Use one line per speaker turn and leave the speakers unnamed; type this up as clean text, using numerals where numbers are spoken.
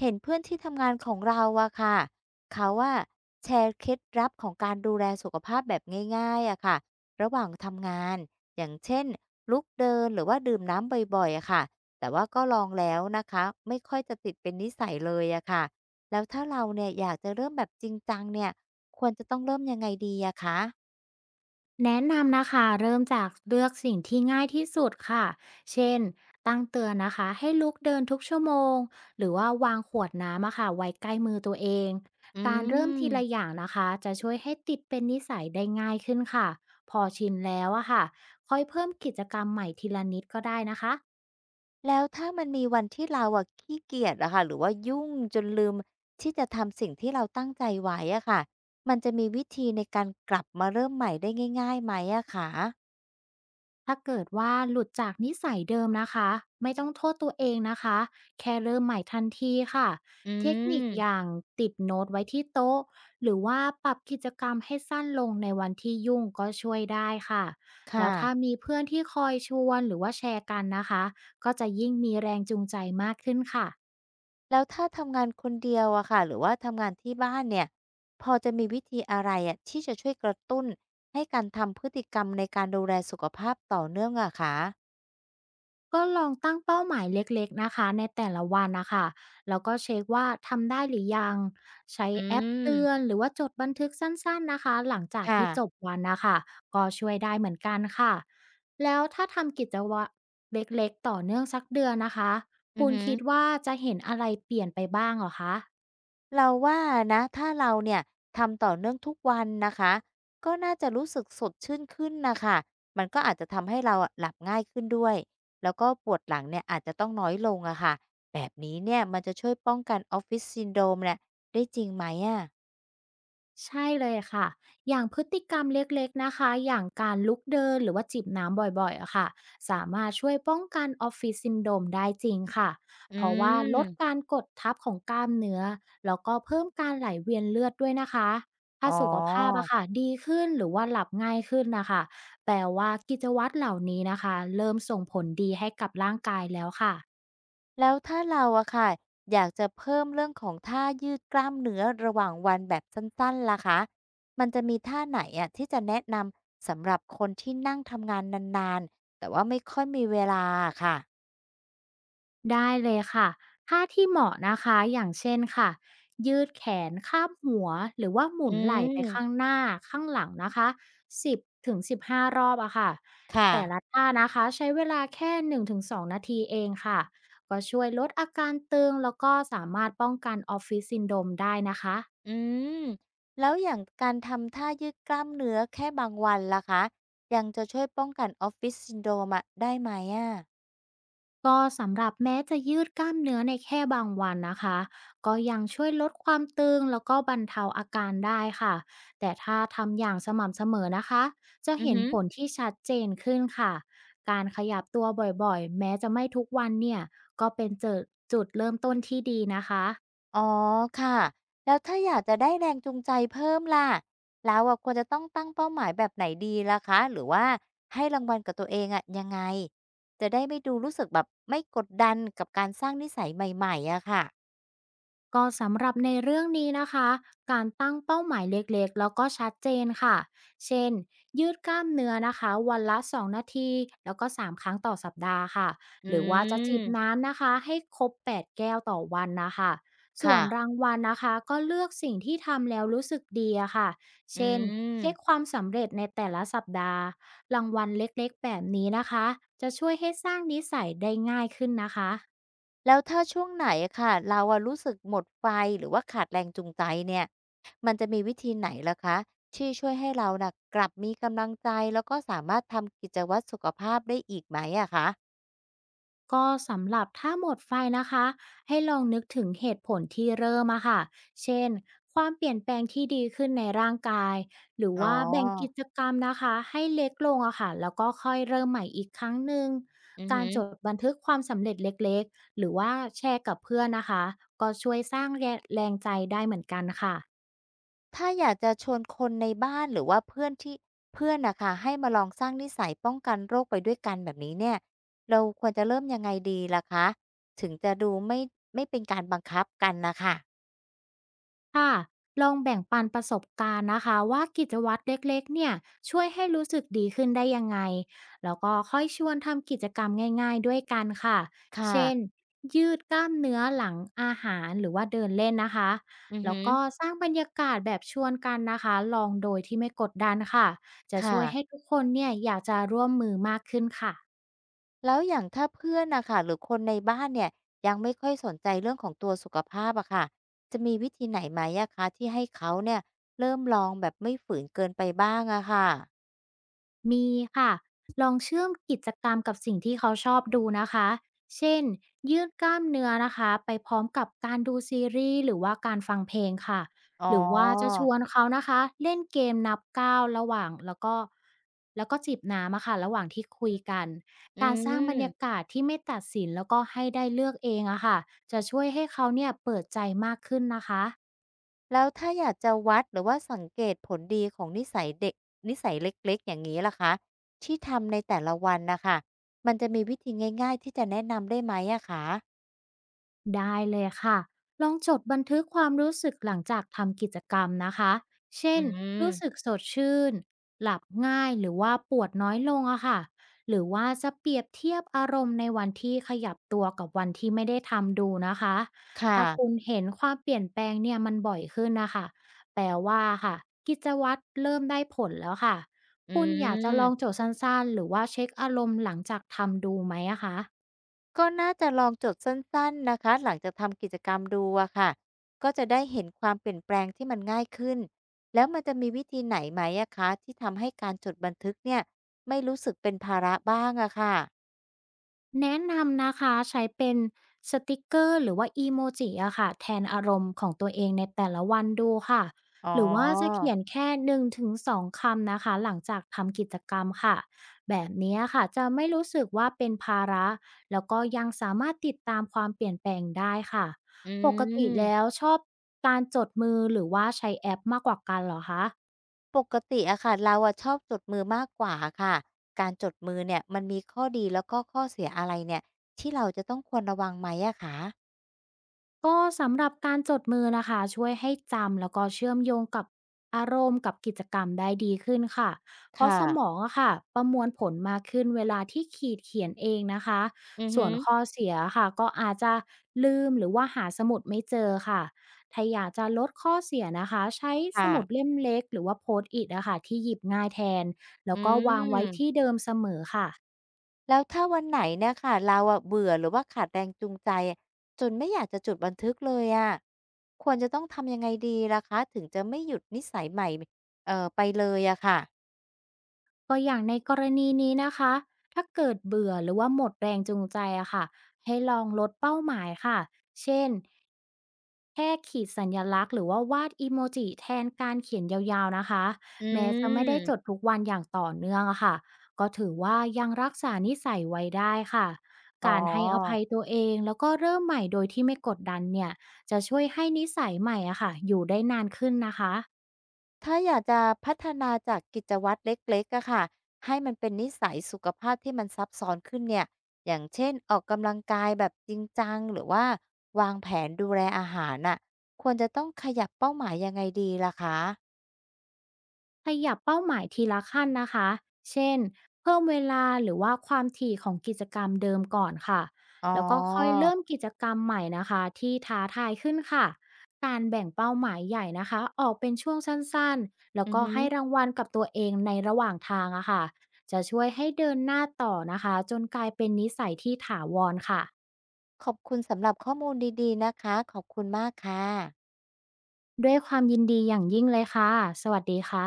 เห็นเพื่อนที่ทำงานของเราอะค่ะเขาว่าแชร์เคล็ดลับของการดูแลสุขภาพแบบง่ายๆอะค่ะระหว่างทำงานอย่างเช่นลุกเดินหรือว่าดื่มน้ำบ่อยๆอะค่ะแต่ว่าก็ลองแล้วนะคะไม่ค่อยจะติดเป็นนิสัยเลยอะค่ะแล้วถ้าเราเนี่ยอยากจะเริ่มแบบจริงจังเนี่ยควรจะต้องเริ่มยังไงดีอะคะ
แนะนำนะคะเริ่มจากเลือกสิ่งที่ง่ายที่สุดค่ะเช่นตั้งเตือนนะคะให้ลุกเดินทุกชั่วโมงหรือว่าวางขวดน้ำอะค่ะไว้ใกล้มือตัวเอง
อื
การเริ่มทีละ
ม
อย่างนะคะจะช่วยให้ติดเป็นนิสัยได้ง่ายขึ้นค่ะพอชินแล้วอะค่ะค่อยเพิ่มกิจกรรมใหม่ทีละนิดก็ได้นะคะ
แล้วถ้ามันมีวันที่เราอะขี้เกียจอะค่ะหรือว่ายุ่งจนลืมที่จะทำสิ่งที่เราตั้งใจไว้อะค่ะมันจะมีวิธีในการกลับมาเริ่มใหม่ได้ง่ายๆไหมอะคะ
ถ้าเกิดว่าหลุดจากนิสัยเดิมนะคะไม่ต้องโทษตัวเองนะคะแค่เริ่มใหม่ทันทีค่ะ
อื
เทคนิคอย่า
ม
งติดโน้ตไว้ที่โต๊ะหรือว่าปรับกิจกรรมให้สั้นลงในวันที่ยุ่งก็ช่วยได้ค่ะแล้
ค่ะ
วถ้ามีเพื่อนที่คอยชวนหรือว่าแชร์กันนะคะก็จะยิ่งมีแรงจูงใจมากขึ้นค่ะ
แล้วถ้าทำงานคนเดียวอะค่ะหรือว่าทำงานที่บ้านเนี่ยพอจะมีวิธีอะไรอะที่จะช่วยกระตุ้นให้การทำพฤติกรรมในการดูแลสุขภาพต่อเนื่องอะคะ
ก็ลองตั้งเป้าหมายเล็กๆนะคะในแต่ละวันนะคะแล้วก็เช็คว่าทำได้หรือยังใช้
อื
แอป
ม
เตือนหรือว่าจดบันทึกสั้นๆนะคะหลังจากที่จบ
ค่ะ
วันนะคะก็ช่วยได้เหมือนกันค่ะแล้วถ้าทำกิจวัตรเล็กๆต่อเนื่องสักเดือนนะคะ
อือ
คุณ
ฮึ
คิดว่าจะเห็นอะไรเปลี่ยนไปบ้างเหรอคะ
เราว่านะถ้าเราเนี่ยทำต่อเนื่องทุกวันนะคะก็น่าจะรู้สึกสดชื่นขึ้นนะคะมันก็อาจจะทำให้เราอะหลับง่ายขึ้นด้วยแล้วก็ปวดหลังเนี่ยอาจจะต้องน้อยลงอะค่ะแบบนี้เนี่ยมันจะช่วยป้องกัน Office Syndrome เนี่ยได้จริงไหมอะ
ใช่เลยค่ะอย่างพฤติกรรมเล็กๆนะคะ อย่างการลุกเดินหรือว่าจิบน้ำบ่อยๆอะค่ะสามารถช่วยป้องกันออฟฟิศซินโดรมได้จริงค่ะ
อื
เพราะว่าลดกา
ม
รกดทับของกล้ามเนื้อแล้วก็เพิ่มการไหลเวียนเลือดด้วยนะคะถ้า
อ๋อ
สุขภาพอะค่ะดีขึ้นหรือว่าหลับง่ายขึ้นนะคะ แปลว่ากิจวัตรเหล่านี้นะคะ เริ่มส่งผลดีให้กับร่างกายแล้วค่ะ
แล้วถ้าเราอะค่ะอยากจะเพิ่มเรื่องของท่ายืดกล้ามเนื้อระหว่างวันแบบสั้นๆล่ะคะมันจะมีท่าไหนอะที่จะแนะนำสำหรับคนที่นั่งทำงานนานๆแต่ว่าไม่ค่อยมีเวลาอะค่ะ
ได้เลยค่ะท่าที่เหมาะนะคะ อย่างเช่นค่ะ ยืดแขนข้ามหัวหรือว่าหมุ
อื
นไหล่ไปข้าง
ม
หน้า ข้างหลังนะคะ10ถึง15รอบอะค่ะ
ค่ะ
แต่ละท่านะคะใช้เวลาแค่1-2นงถึงสองนาทีเองค่ะก็ช่วยลดอาการตึงแล้วก็สามารถป้องกันออฟฟิศซินโดรมได้นะคะ
อืมแล้วอย่างการทำท่ายืดกล้ามเนื้อแค่บางวันล่ะคะยังจะช่วยป้องกัน Office Syndrome อะได้ไหมอะ
ก็สำหรับแม้จะยืดกล้ามเนื้อในแค่บางวันนะคะก็ยังช่วยลดความตึงแล้วก็บรรเทาอาการได้ค่ะแต่ถ้าทำอย่างสม่ำเสมอนะคะจะ
อือ
เห็น
ฮึ
ผลที่ชัดเจนขึ้นค่ะการขยับตัวบ่อยๆแม้จะไม่ทุกวันเนี่ยก็เป็นจุดเริ่มต้นที่ดีนะคะ
อ๋อค่ะแล้วถ้าอยากจะได้แรงจูงใจเพิ่มล่ะแล้วอะควรจะต้องตั้งเป้าหมายแบบไหนดีล่ะคะหรือว่าให้รางวัลกับตัวเองอะยังไงจะได้ไม่ดูรู้สึกแบบไม่กดดันกับการสร้างนิสัยใหม่ๆอะค่ะ
ก็สำหรับในเรื่องนี้นะคะ การตั้งเป้าหมายเล็กๆแล้วก็ชัดเจนค่ะ เช่น ยืดกล้ามเนื้อนะคะวันละ2นาทีแล้วก็3ครั้งต่อสัปดาห์ค่ะ
อื
หรือว่าจะจิบ
ม
น้ำนะคะให้ครบ8แก้วต่อวันนะคะส่ว
ค่ะ
นรางวัลนะคะก็เลือกสิ่งที่ทำแล้วรู้สึกดีอะค่ะ
อื
เช่น
ม
เช็คความสำเร็จในแต่ละสัปดาห์รางวัลเล็กๆแบบนี้นะคะจะช่วยให้สร้างนิสัยได้ง่ายขึ้นนะคะ
แล้วถ้าช่วงไหนอะค่ะเราอะรู้สึกหมดไฟหรือว่าขาดแรงจูงใจเนี่ยมันจะมีวิธีไหนล่ะคะที่ช่วยให้เราน่ะกลับมีกำลังใจแล้วก็สามารถทำกิจวัตรสุขภาพได้อีกไหมอะคะ
ก็สำหรับถ้าหมดไฟนะคะให้ลองนึกถึงเหตุผลที่เริ่มอะค่ะเช่นความเปลี่ยนแปลงที่ดีขึ้นในร่างกายหรือ
อ๋อ
ว่าแบ่งกิจกรรมนะคะให้เล็กลงอะค่ะแล้วก็ค่อยเริ่มใหม่อีกครั้งหนึ่ง
อือ
กา
ฮึ
รจดบันทึกความสำเร็จเล็กๆหรือว่าแชร์กับเพื่อนนะคะก็ช่วยสร้างแรงแรงใจได้เหมือนกันค่ะ
ถ้าอยากจะชวนคนในบ้านหรือว่าเพื่อนที่เพื่อนน่ะค่ะให้มาลองสร้างนิสัยป้องกันโรคไปด้วยกันแบบนี้เนี่ยเราควรจะเริ่มยังไงดีล่ะคะถึงจะดูไม่เป็นการบังคับกันน่ะค่ะ
ค่ะลองแบ่งปันประสบการณ์นะคะว่ากิจวัตรเล็กๆเนี่ยช่วยให้รู้สึกดีขึ้นได้ยังไงแล้วก็ค่อยชวนทำกิจกรรมง่ายๆด้วยกันค่ะ
ค
เช่น
่ะ
ยืดกล้ามเนื้อหลังอาหารหรือว่าเดินเล่นนะคะ
อือ
แล้
ฮึ
วก็สร้างบรรยากาศแบบชวนกันนะคะลองโดยที่ไม่กดดันค่ะจะ
ค่ะ
ช่วยให้ทุกคนเนี่ยอยากจะร่วมมือมากขึ้นค่ะ
แล้วอย่างถ้าเพื่อนน่ะค่ะหรือคนในบ้านเนี่ยยังไม่ค่อยสนใจเรื่องของตัวสุขภาพอะค่ะจะมีวิธีไหนไหมอะคะที่ให้เขาเนี่ยเริ่มลองแบบไม่ฝืนเกินไปบ้างอะค่ะ
มีค่ะ ลองเชื่อมกิจกรรมกับสิ่งที่เขาชอบดูนะคะ เช่นยืดกล้ามเนื้อนะคะไปพร้อมกับการดูซีรีส์หรือว่าการฟังเพลงค่ะ
อ๋อ
หรือว่าจะชวนเขานะคะเล่นเกมนับก้าวระหว่างแล้วก็จิบน้ำอะค่ะระหว่างที่คุยกัน
อื
การสร้างบรรยา
ม
กาศที่ไม่ตัดสินแล้วก็ให้ได้เลือกเองอะค่ะจะช่วยให้เขาเนี่ยเปิดใจมากขึ้นนะคะ
แล้วถ้าอยากจะวัดหรือว่าสังเกตผลดีของนิสัยเด็กนิสัยเล็กๆอย่างนี้ล่ะคะที่ทำในแต่ละวันนะคะมันจะมีวิธีง่ายๆที่จะแนะนำได้ไหมอะคะ
ได้เลยค่ะลองจดบันทึกความรู้สึกหลังจากทำกิจกรรมนะคะเช่
อื
น รู้สึก
ม
สดชื่นหลับง่ายหรือว่าปวดน้อยลงอะค่ะหรือว่าจะเปรียบเทียบอารมณ์ในวันที่ขยับตัวกับวันที่ไม่ได้ทำดูนะคะ
ค
ถ้าคุณ
่ะ
เห็นความเปลี่ยนแปลงเนี่ยมันบ่อยขึ้นนะคะแปลว่าค่ะกิจวัตรเริ่มได้ผลแล้วค่ะ
อื
คุณอยากจะลอง
ม
โจดสั้นๆหรือว่าเช็คอารมณ์หลังจากทำดูไหมอะคะ
ก็น่าจะลองจดสั้นๆนะคะหลังจากทำกิจกรรมดูอะค่ะก็จะได้เห็นความเปลี่ยนแปลงที่มันง่ายขึ้นแล้วมันจะมีวิธีไหนไหมอะคะที่ทำให้การจดบันทึกเนี่ยไม่รู้สึกเป็นภาระบ้างอะค่ะ
แนะนำนะคะใช้เป็นสติกเกอร์หรือว่าอีโมจิอะค่ะแทนอารมณ์ของตัวเองในแต่ละวันดูค่ะ
อ๋อ
หรือว่าจะเขียนแค่1-2คำนะคะหลังจากทำกิจกรรมค่ะแบบนี้ค่ะจะไม่รู้สึกว่าเป็นภาระแล้วก็ยังสามารถติดตามความเปลี่ยนแปลงได้ค่ะ
อื
ปกติแล้
ม
วชอบการจดมือหรือว่าใช้แอปมากกว่ากันเหรอคะ
ปกติอะค่ะเราอะชอบจดมือมากกว่าค่ะการจดมือเนี่ยมันมีข้อดีแล้วก็ข้อเสียอะไรเนี่ยที่เราจะต้องควรระวังไหมอะคะ
ก็สำหรับการจดมือนะคะช่วยให้จำแล้วก็เชื่อมโยงกับอารมณ์กับกิจกรรมได้ดีขึ้นค่ะเพราะ
ค่ะ
สมองอะค่ะประมวลผลมากขึ้นเวลาที่ขีดเขียนเองนะคะ
อือ
ส่
ฮึ
วนข้อเสียค่ะก็อาจจะลืมหรือว่าหาสมุดไม่เจอค่ะถ้าอยากจะลดข้อเสียนะคะใช้ส
ค่ะ
มุดเล่มเล็กหรือว่าโพสต์อิทนะคะที่หยิบง่ายแทนแล้
อื
วก็วางไว้ที่
ม
เดิมเสมอค่ะ
แล้วถ้าวันไหนเนี่ยค่ะเราอะเบื่อหรือว่าขาดแรงจูงใจจนไม่อยากจะจดบันทึกเลยอะควรจะต้องทำยังไงดีล่ะคะถึงจะไม่หยุดนิสัยใหม่ไปเลยอะค่ะ
ก็อย่างในกรณีนี้นะคะ ถ้าเกิดเบื่อหรือว่าหมดแรงจูงใจอะค่ะให้ลองลดเป้าหมายค่ะ เช่นแค่ขีดสัญลักษณ์หรือว่าวาดอีโมจิแทนการเขียนยาวๆนะคะ
อื
แม้จะไม่ได้จด
ม
ทุกวันอย่างต่อเนื่องอะค่ะ ก็ถือว่ายังรักษานิสัยไว้ได้ค่ะ
อ๋
การให้อภั
อ
ยตัวเองแล้วก็เริ่มใหม่โดยที่ไม่กดดันเนี่ย จะช่วยให้นิสัยใหม่อะค่ะอยู่ได้นานขึ้นนะคะ
ถ้าอยากจะพัฒนาจากกิจวัตรเล็กๆอะค่ะให้มันเป็นนิสัยสุขภาพที่มันซับซ้อนขึ้นเนี่ยอย่างเช่นออกกำลังกายแบบจริงจังหรือว่าวางแผนดูแลอาหารน่ะควรจะต้องขยับเป้าหมายยังไงดีล่ะคะ
ขยับเป้าหมายทีละขั้นนะคะเช่นเพิ่มเวลาหรือว่าความถี่ของกิจกรรมเดิมก่อนค่ะ
อ๋อ
แล้วก็ค่อยเริ่มกิจกรรมใหม่นะคะที่ท้าทายขึ้นค่ะการแบ่งเป้าหมายใหญ่นะคะออกเป็นช่วงสั้นๆแล้ว
อือ
ก็
หือ
ให้รางวัลกับตัวเองในระหว่างทางอะค่ะจะช่วยให้เดินหน้าต่อนะคะจนกลายเป็นนิสัยที่ถาวรค่ะ
ขอบคุณสำหรับข้อมูลดีๆนะคะขอบคุณมากค่ะ
ด้วยความยินดีอย่างยิ่งเลยค่ะสวัสดีค่ะ